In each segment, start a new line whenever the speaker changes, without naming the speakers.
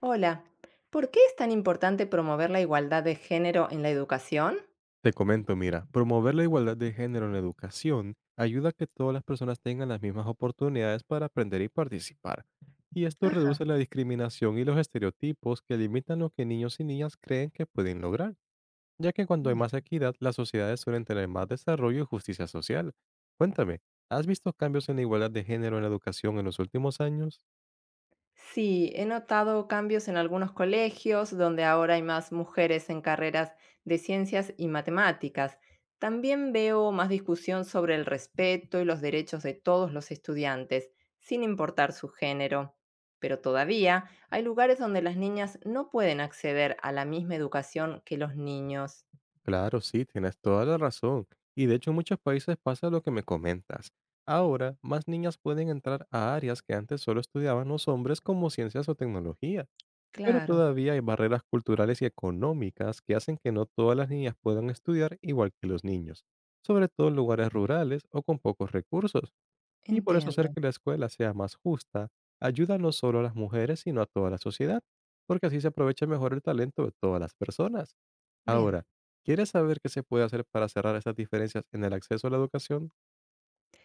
Hola, ¿por qué es tan importante promover la igualdad de género en la educación?
Te comento, mira, promover la igualdad de género en la educación ayuda a que todas las personas tengan las mismas oportunidades para aprender y participar. Y esto
Ajá,
reduce la discriminación y los estereotipos que limitan lo que niños y niñas creen que pueden lograr, ya que cuando hay
bien.
más equidad, las sociedades suelen tener más desarrollo y justicia social. Cuéntame, ¿has visto cambios en la igualdad de género en la educación en los últimos años?
Sí, he notado cambios en algunos colegios donde ahora hay más mujeres en carreras de ciencias y matemáticas. También veo más discusión sobre el respeto y los derechos de todos los estudiantes, sin importar su género. Pero todavía hay lugares donde las niñas no pueden acceder a la misma educación que los niños.
Claro, sí, tienes toda la razón. Y de hecho en muchos países pasa lo que me comentas. Ahora, más niñas pueden entrar a áreas que antes solo estudiaban los hombres, como ciencias o tecnología, pero
Claro,
todavía hay barreras culturales y económicas que hacen que no todas las niñas puedan estudiar igual que los niños, sobre todo en lugares rurales o con pocos recursos. Y por eso, hacer
entiendo.
que la escuela sea más justa ayuda no solo a las mujeres, sino a toda la sociedad, porque así se aprovecha mejor el talento de todas las personas.
Bien.
Ahora, ¿quieres saber qué se puede hacer para cerrar estas diferencias en el acceso a la educación?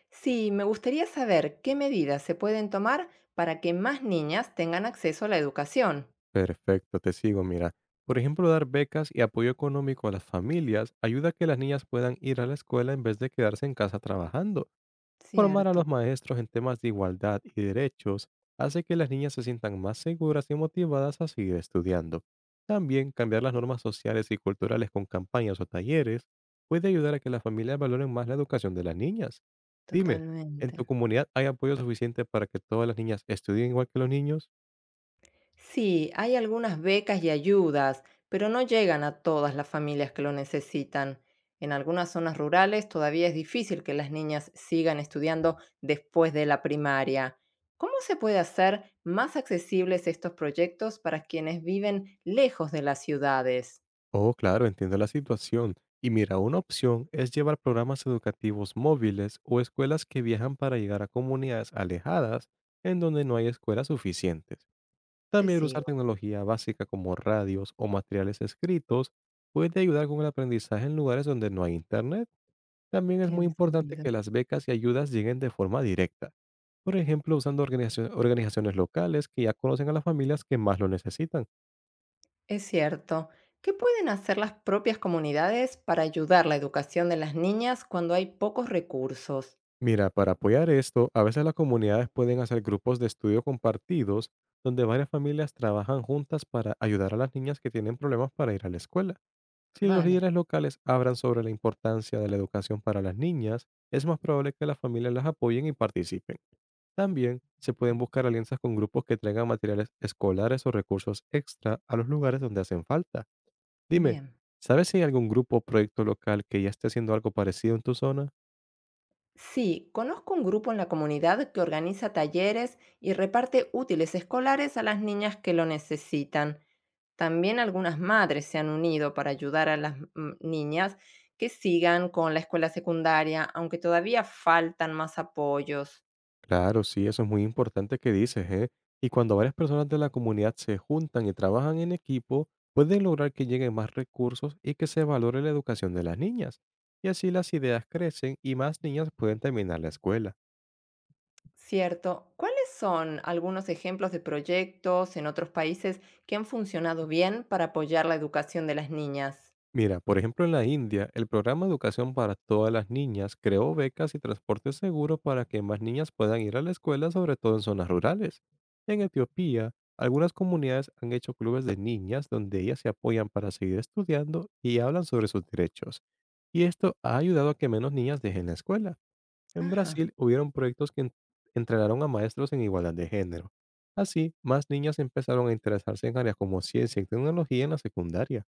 Sí, me gustaría saber qué medidas se pueden tomar para que más niñas tengan acceso a la educación.
Perfecto, te sigo, mira. Por ejemplo, dar becas y apoyo económico a las familias ayuda a que las niñas puedan ir a la escuela en vez de quedarse en casa trabajando. Formar a
Cierto,
los maestros en temas de igualdad y derechos hace que las niñas se sientan más seguras y motivadas a seguir estudiando. También, cambiar las normas sociales y culturales con campañas o talleres puede ayudar a que las familias valoren más la educación de las niñas. Dime, ¿en tu
totalmente.
comunidad hay apoyo suficiente para que todas las niñas estudien igual que los niños?
Sí, hay algunas becas y ayudas, pero no llegan a todas las familias que lo necesitan. En algunas zonas rurales todavía es difícil que las niñas sigan estudiando después de la primaria. ¿Cómo se puede hacer más accesibles estos proyectos para quienes viven lejos de las ciudades?
Oh, claro, entiendo la situación. Y mira, una opción es llevar programas educativos móviles o escuelas que viajan para llegar a comunidades alejadas en donde no hay escuelas suficientes.
Te
También, usar
sigo,
tecnología básica como radios o materiales escritos puede ayudar con el aprendizaje en lugares donde no hay internet. También es muy
tiene
importante
sentido.
que las becas y ayudas lleguen de forma directa. Por ejemplo, usando organizaciones locales que ya conocen a las familias que más lo necesitan.
Es cierto. ¿Qué pueden hacer las propias comunidades para ayudar la educación de las niñas cuando hay pocos recursos?
Mira, para apoyar esto, a veces las comunidades pueden hacer grupos de estudio compartidos donde varias familias trabajan juntas para ayudar a las niñas que tienen problemas para ir a la escuela. Si los
Vale,
líderes locales hablan sobre la importancia de la educación para las niñas, es más probable que las familias las apoyen y participen. También se pueden buscar alianzas con grupos que traigan materiales escolares o recursos extra a los lugares donde hacen falta. Dime,
bien.
¿sabes si hay algún grupo o proyecto local que ya esté haciendo algo parecido en tu zona?
Sí, conozco un grupo en la comunidad que organiza talleres y reparte útiles escolares a las niñas que lo necesitan. También algunas madres se han unido para ayudar a las niñas que sigan con la escuela secundaria, aunque todavía faltan más apoyos.
Claro, sí, eso es muy importante que dices, ¿eh? Y cuando varias personas de la comunidad se juntan y trabajan en equipo, pueden lograr que lleguen más recursos y que se valore la educación de las niñas. Y así, las ideas crecen y más niñas pueden terminar la escuela.
Cierto. ¿Cuáles son algunos ejemplos de proyectos en otros países que han funcionado bien para apoyar la educación de las niñas?
Mira, por ejemplo, en la India, el programa Educación para Todas las Niñas creó becas y transporte seguro para que más niñas puedan ir a la escuela, sobre todo en zonas rurales. En Etiopía, algunas comunidades han hecho clubes de niñas donde ellas se apoyan para seguir estudiando y hablan sobre sus derechos. Y esto ha ayudado a que menos niñas dejen la escuela. En
Ajá,
Brasil hubieron proyectos que entrenaron a maestros en igualdad de género. Así, más niñas empezaron a interesarse en áreas como ciencia y tecnología en la secundaria.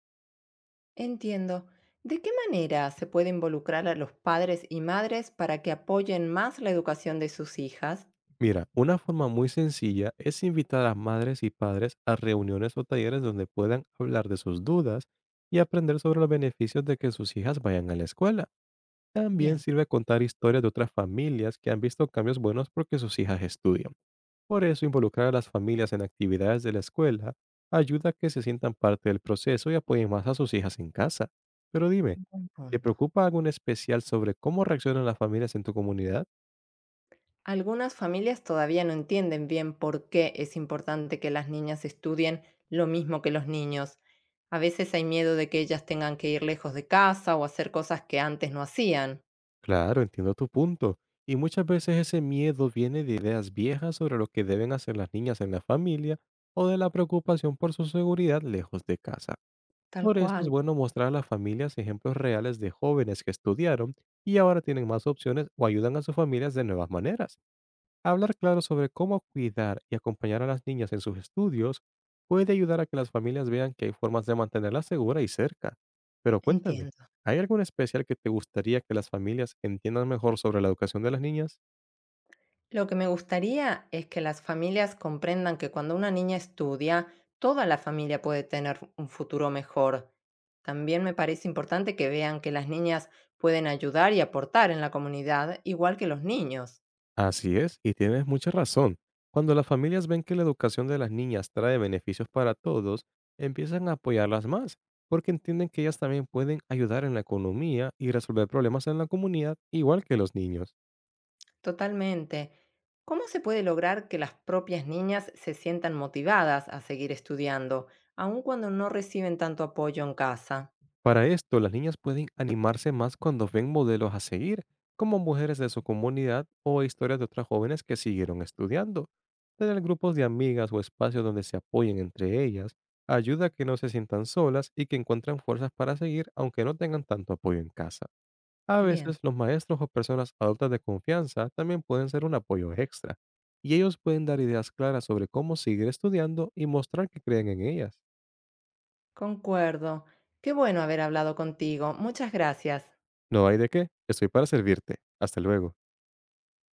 entiendo. ¿De qué manera se puede involucrar a los padres y madres para que apoyen más la educación de sus hijas?
Mira, una forma muy sencilla es invitar a madres y padres a reuniones o talleres donde puedan hablar de sus dudas y aprender sobre los beneficios de que sus hijas vayan a la escuela. También
Bien,
sirve contar historias de otras familias que han visto cambios buenos porque sus hijas estudian. Por eso, involucrar a las familias en actividades de la escuela ayuda a que se sientan parte del proceso y apoyen más a sus hijas en casa. Pero dime,
buen
¿te
punto.
preocupa algo en especial sobre cómo reaccionan las familias en tu comunidad?
Algunas familias todavía no entienden bien por qué es importante que las niñas estudien lo mismo que los niños. A veces hay miedo de que ellas tengan que ir lejos de casa o hacer cosas que antes no hacían.
Claro, entiendo tu punto. Y muchas veces ese miedo viene de ideas viejas sobre lo que deben hacer las niñas en la familia, o de la preocupación por su seguridad lejos de casa.
Tal
Por eso
cual,
es bueno mostrar a las familias ejemplos reales de jóvenes que estudiaron y ahora tienen más opciones o ayudan a sus familias de nuevas maneras. Hablar claro sobre cómo cuidar y acompañar a las niñas en sus estudios puede ayudar a que las familias vean que hay formas de mantenerlas segura y cerca. Pero cuéntame,
entiendo.
¿hay algún especial que te gustaría que las familias entiendan mejor sobre la educación de las niñas?
Lo que me gustaría es que las familias comprendan que cuando una niña estudia, toda la familia puede tener un futuro mejor. También me parece importante que vean que las niñas pueden ayudar y aportar en la comunidad, igual que los niños.
Así es, y tienes mucha razón. Cuando las familias ven que la educación de las niñas trae beneficios para todos, empiezan a apoyarlas más, porque entienden que ellas también pueden ayudar en la economía y resolver problemas en la comunidad, igual que los niños.
Totalmente. ¿Cómo se puede lograr que las propias niñas se sientan motivadas a seguir estudiando, aun cuando no reciben tanto apoyo en casa?
Para esto, las niñas pueden animarse más cuando ven modelos a seguir, como mujeres de su comunidad o historias de otras jóvenes que siguieron estudiando. Tener grupos de amigas o espacios donde se apoyen entre ellas ayuda a que no se sientan solas y que encuentren fuerzas para seguir aunque no tengan tanto apoyo en casa. A
Bien,
veces los maestros o personas adultas de confianza también pueden ser un apoyo extra, y ellos pueden dar ideas claras sobre cómo seguir estudiando y mostrar que creen en ellas.
concuerdo. Qué bueno haber hablado contigo. Muchas gracias.
No hay de qué, estoy para servirte. Hasta luego.